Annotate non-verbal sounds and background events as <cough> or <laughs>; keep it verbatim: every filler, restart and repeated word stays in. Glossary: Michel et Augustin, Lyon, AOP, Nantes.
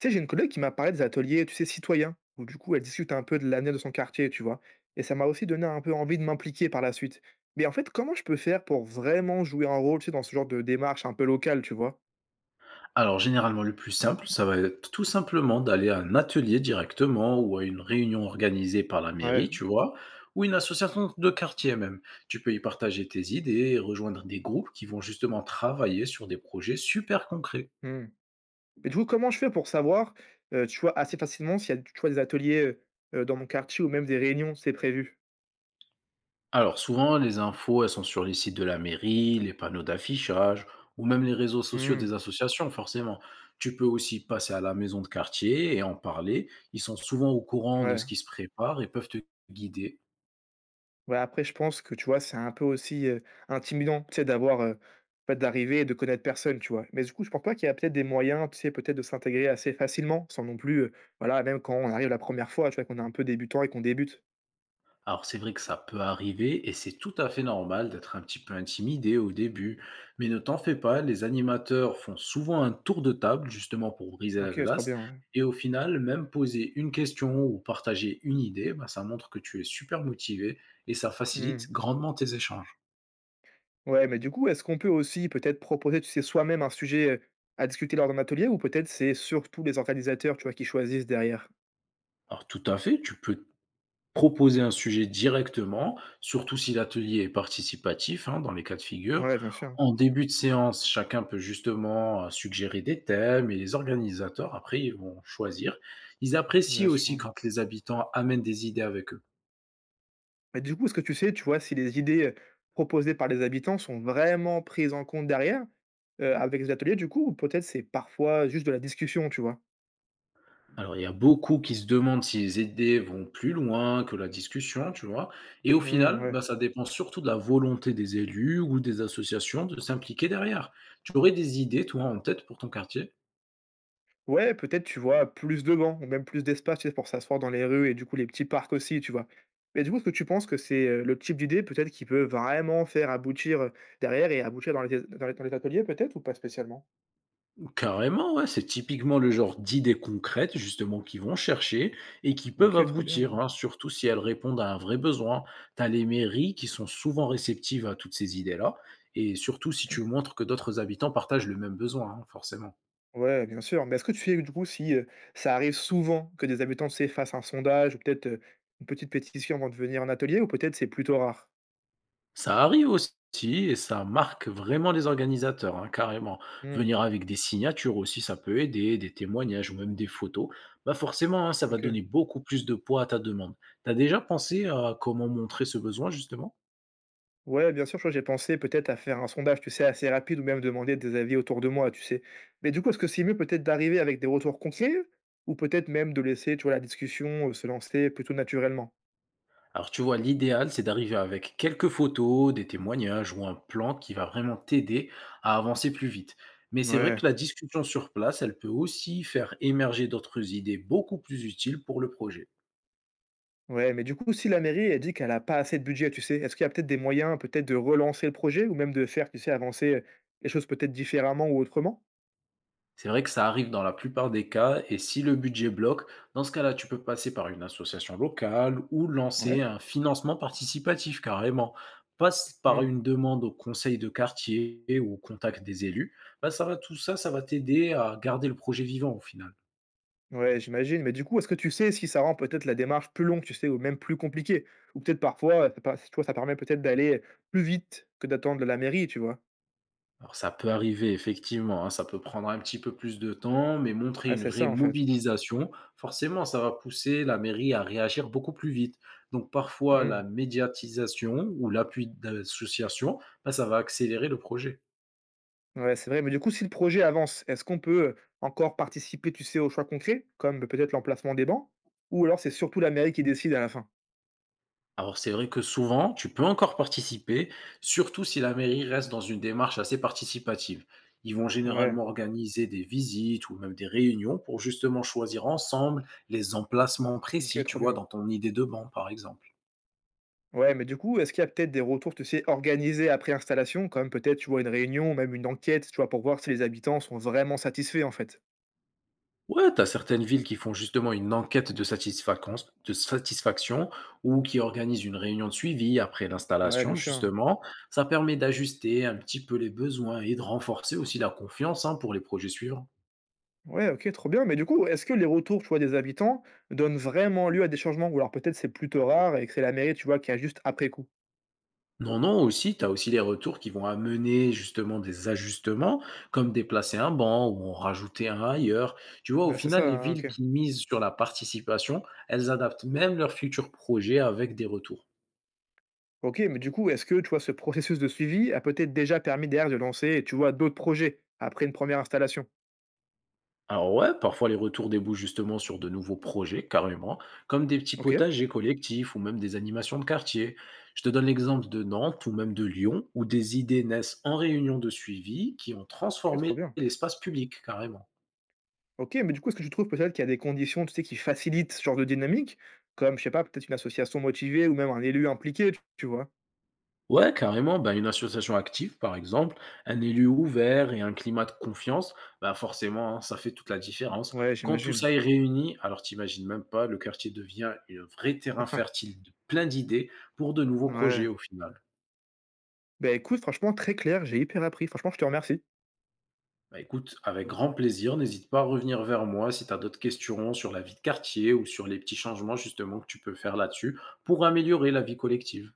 Tu sais, j'ai une collègue qui m'a parlé des ateliers, tu sais, citoyens, où du coup, elle discute un peu de l'avenir de son quartier, tu vois. Et ça m'a aussi donné un peu envie de m'impliquer par la suite. Mais en fait, comment je peux faire pour vraiment jouer un rôle, tu sais, dans ce genre de démarche un peu locale, tu vois? Alors généralement le plus simple, ça va être tout simplement d'aller à un atelier directement ou à une réunion organisée par la mairie, Ouais. tu vois, ou une association de quartier même. Tu peux y partager tes idées et rejoindre des groupes qui vont justement travailler sur des projets super concrets. Hmm. Mais du coup, comment je fais pour savoir, euh, tu vois, assez facilement s'il y a, tu vois, des ateliers euh, euh, dans mon quartier ou même des réunions, c'est prévu? Alors souvent, les infos, elles sont sur les sites de la mairie, les panneaux d'affichage, ou même les réseaux sociaux des Hmm. associations, forcément. Tu peux aussi passer à la maison de quartier et en parler. Ils sont souvent au courant de Ouais. ce qui se prépare et peuvent te guider. Ouais, après, je pense que, tu vois, c'est un peu aussi, heu, intimidant, tu sais, d'avoir, heu, en fait, d'arriver et de connaître personne, tu vois? Mais du coup, je pense pas qu'il y a peut-être des moyens, tu sais, peut-être de s'intégrer assez facilement, sans non plus, heu, voilà, même quand on arrive la première fois, tu vois, qu'on est un peu débutant et qu'on débute. Alors c'est vrai que ça peut arriver et c'est tout à fait normal d'être un petit peu intimidé au début, mais ne t'en fais pas, les animateurs font souvent un tour de table justement pour briser la OK, trop glace bien, ouais. et au final, même poser une question ou partager une idée, bah, ça montre que tu es super motivé et ça Mmh. facilite grandement tes échanges. Ouais, mais du coup, est-ce qu'on peut aussi peut-être proposer, tu sais, soi-même un sujet, heu, à discuter lors d'un atelier ou peut-être c'est surtout les organisateurs, tu vois, qui choisissent derrière? Alors tout à fait, tu peux proposer un sujet directement, surtout si l'atelier est participatif, hein, dans les cas de figure. Ouais, bien sûr, En début de séance, chacun peut justement, heu, suggérer des thèmes et les organisateurs, après, ils vont choisir. Ils bien apprécient aussi sûr. quand les habitants amènent des idées avec eux. Mais du coup, est-ce que tu sais, tu vois, si les idées proposées par les habitants sont vraiment prises en compte derrière, heu, avec les ateliers du coup ou peut-être c'est parfois juste de la discussion, tu vois? Alors, il y a beaucoup qui se demandent si les idées vont plus loin que la discussion, tu vois? Et au Mmh, final, ouais. bah, ça dépend surtout de la volonté des élus ou des associations de s'impliquer derrière. Tu aurais des idées, toi, en tête pour ton quartier? Ouais, peut-être, tu vois, plus de bancs ou même plus d'espace, tu sais, pour s'asseoir dans les rues et du coup les petits parcs aussi, tu vois? Mais du coup, est-ce que tu penses que c'est, heu, le type d'idée peut-être qui peut vraiment faire aboutir, heu, derrière et aboutir dans les dans les dans les ateliers peut-être ou pas spécialement? Carrément, ouais, c'est typiquement le genre d'idées concrètes justement qu'ils vont chercher et qui peuvent OK, trop aboutir, bien. hein, surtout si elles répondent à un vrai besoin. Tu as les mairies qui sont souvent réceptives à toutes ces idées-là et surtout si tu montres que d'autres habitants partagent le même besoin, hein, forcément. Ouais, bien sûr. Mais est-ce que tu sais, du coup, si, heu, ça arrive souvent que des habitants, tu sais, fassent un sondage ou peut-être, heu, une petite pétition avant de venir en atelier ou peut-être c'est plutôt rare? Ça arrive aussi et ça marque vraiment les organisateurs, hein, carrément. Mmh, Venir avec des signatures aussi, ça peut aider, des témoignages ou même des photos. Bah forcément, hein, ça va donner OK. beaucoup plus de poids à ta demande. T'as déjà pensé à comment montrer ce besoin justement? Ouais, bien sûr, tu vois, j'ai pensé peut-être à faire un sondage, tu sais, assez rapide ou même demander des avis autour de moi, tu sais? Mais du coup, est-ce que c'est mieux peut-être d'arriver avec des retours concrets ou peut-être même de laisser, tu vois, la discussion, heu, se lancer plutôt naturellement? Alors tu vois, l'idéal, c'est d'arriver avec quelques photos, des témoignages ou un plan qui va vraiment t'aider à avancer plus vite. Mais c'est vrai Ouais. que la discussion sur place, elle peut aussi faire émerger d'autres idées beaucoup plus utiles pour le projet. Ouais, mais du coup, si la mairie, elle dit qu'elle a pas assez de budget, tu sais, est-ce qu'il y a peut-être des moyens, peut-être, de relancer le projet ou même de faire, tu sais, avancer, heu, les choses peut-être différemment ou autrement? C'est vrai que ça arrive dans la plupart des cas et si le budget bloque, dans ce cas-là, tu peux passer par une association locale ou lancer Ouais. un financement participatif carrément. Passe par Mmh. une demande au conseil de quartier ou au contact des élus. Bah, ça va, tout ça, ça va t'aider à garder le projet vivant au final. Ouais, j'imagine, mais du coup, est-ce que tu sais si ça rend peut-être la démarche plus longue, tu sais, ou même plus compliquée? Ou peut-être parfois, c'est pas tu vois, ça permet peut-être d'aller plus vite que d'attendre la mairie, tu vois? Alors ça peut arriver effectivement, hein, ça peut prendre un petit peu plus de temps, mais montrer Ah, une c'est vraie ça, en fait. mobilisation, forcément, ça va pousser la mairie à réagir beaucoup plus vite. Donc parfois, la Mmh. médiatisation ou l'appui d'associations, bah, ça va accélérer le projet. Ouais, c'est vrai, mais du coup, si le projet avance, est-ce qu'on peut encore participer, tu sais, aux choix concrets, comme peut-être l'emplacement des bancs? Ou alors c'est surtout la mairie qui décide à la fin? Alors c'est vrai que souvent, tu peux encore participer, surtout si la mairie reste dans une démarche assez participative. Ils vont Ouais. généralement organiser des visites ou même des réunions pour justement choisir ensemble les emplacements OK, précis, tu trop vois, bien. dans ton idée de banc, par exemple. Ouais, mais du coup, est-ce qu'il y a peut-être des retours, tu sais, organisés après installation, comme peut-être, tu vois, une réunion, même une enquête, tu vois, pour voir si les habitants sont vraiment satisfaits, en fait? Ouais, t'as certaines villes qui font justement une enquête de satisfacance- de satisfaction ou qui organisent une réunion de suivi après Ouais, l'installation, bien sûr. justement. Ça permet d'ajuster un petit peu les besoins et de renforcer aussi la confiance, hein, pour les projets suivants. Ouais, OK, trop bien. Mais du coup, est-ce que les retours, tu vois, des habitants donnent vraiment lieu à des changements? Ou alors peut-être c'est plutôt rare et que c'est la mairie, tu vois, qui ajuste après coup? Non, non, aussi, tu as aussi les retours qui vont amener justement des ajustements, comme déplacer un banc ou en rajouter un ailleurs. Tu vois, au Ouais, c'est ça, final, les hein, villes OK. qui misent sur la participation, elles adaptent même leurs futurs projets avec des retours. OK, mais du coup, est-ce que, tu vois, ce processus de suivi a peut-être déjà permis derrière de lancer, tu vois, d'autres projets après une première installation? Alors ouais, parfois les retours débouchent justement sur de nouveaux projets, carrément, comme des petits OK, potagers collectifs ou même des animations de quartier. Je te donne l'exemple de Nantes ou même de Lyon, où des idées naissent en réunion de suivi qui ont OK, trop transformé bien. l'espace public, carrément. OK, mais du coup, est-ce que tu trouves peut-être qu'il y a des conditions, tu sais, qui facilitent ce genre de dynamique? Comme, je sais pas, peut-être une association motivée ou même un élu impliqué, tu tu vois? Ouais, carrément, bah, une association active, par exemple, un élu ouvert et un climat de confiance, bah forcément, hein, ça fait toute la différence. Ouais, Quand tout ça j'imagine. est réuni, alors t'imagines même pas, le quartier devient un vrai terrain <laughs> fertile de plein d'idées pour de nouveaux projets Ouais. au final. Ben écoute, franchement, très clair, j'ai hyper appris. Franchement, je te remercie. Bah, écoute, avec grand plaisir, n'hésite pas à revenir vers moi si tu as d'autres questions sur la vie de quartier ou sur les petits changements justement que tu peux faire là-dessus pour améliorer la vie collective.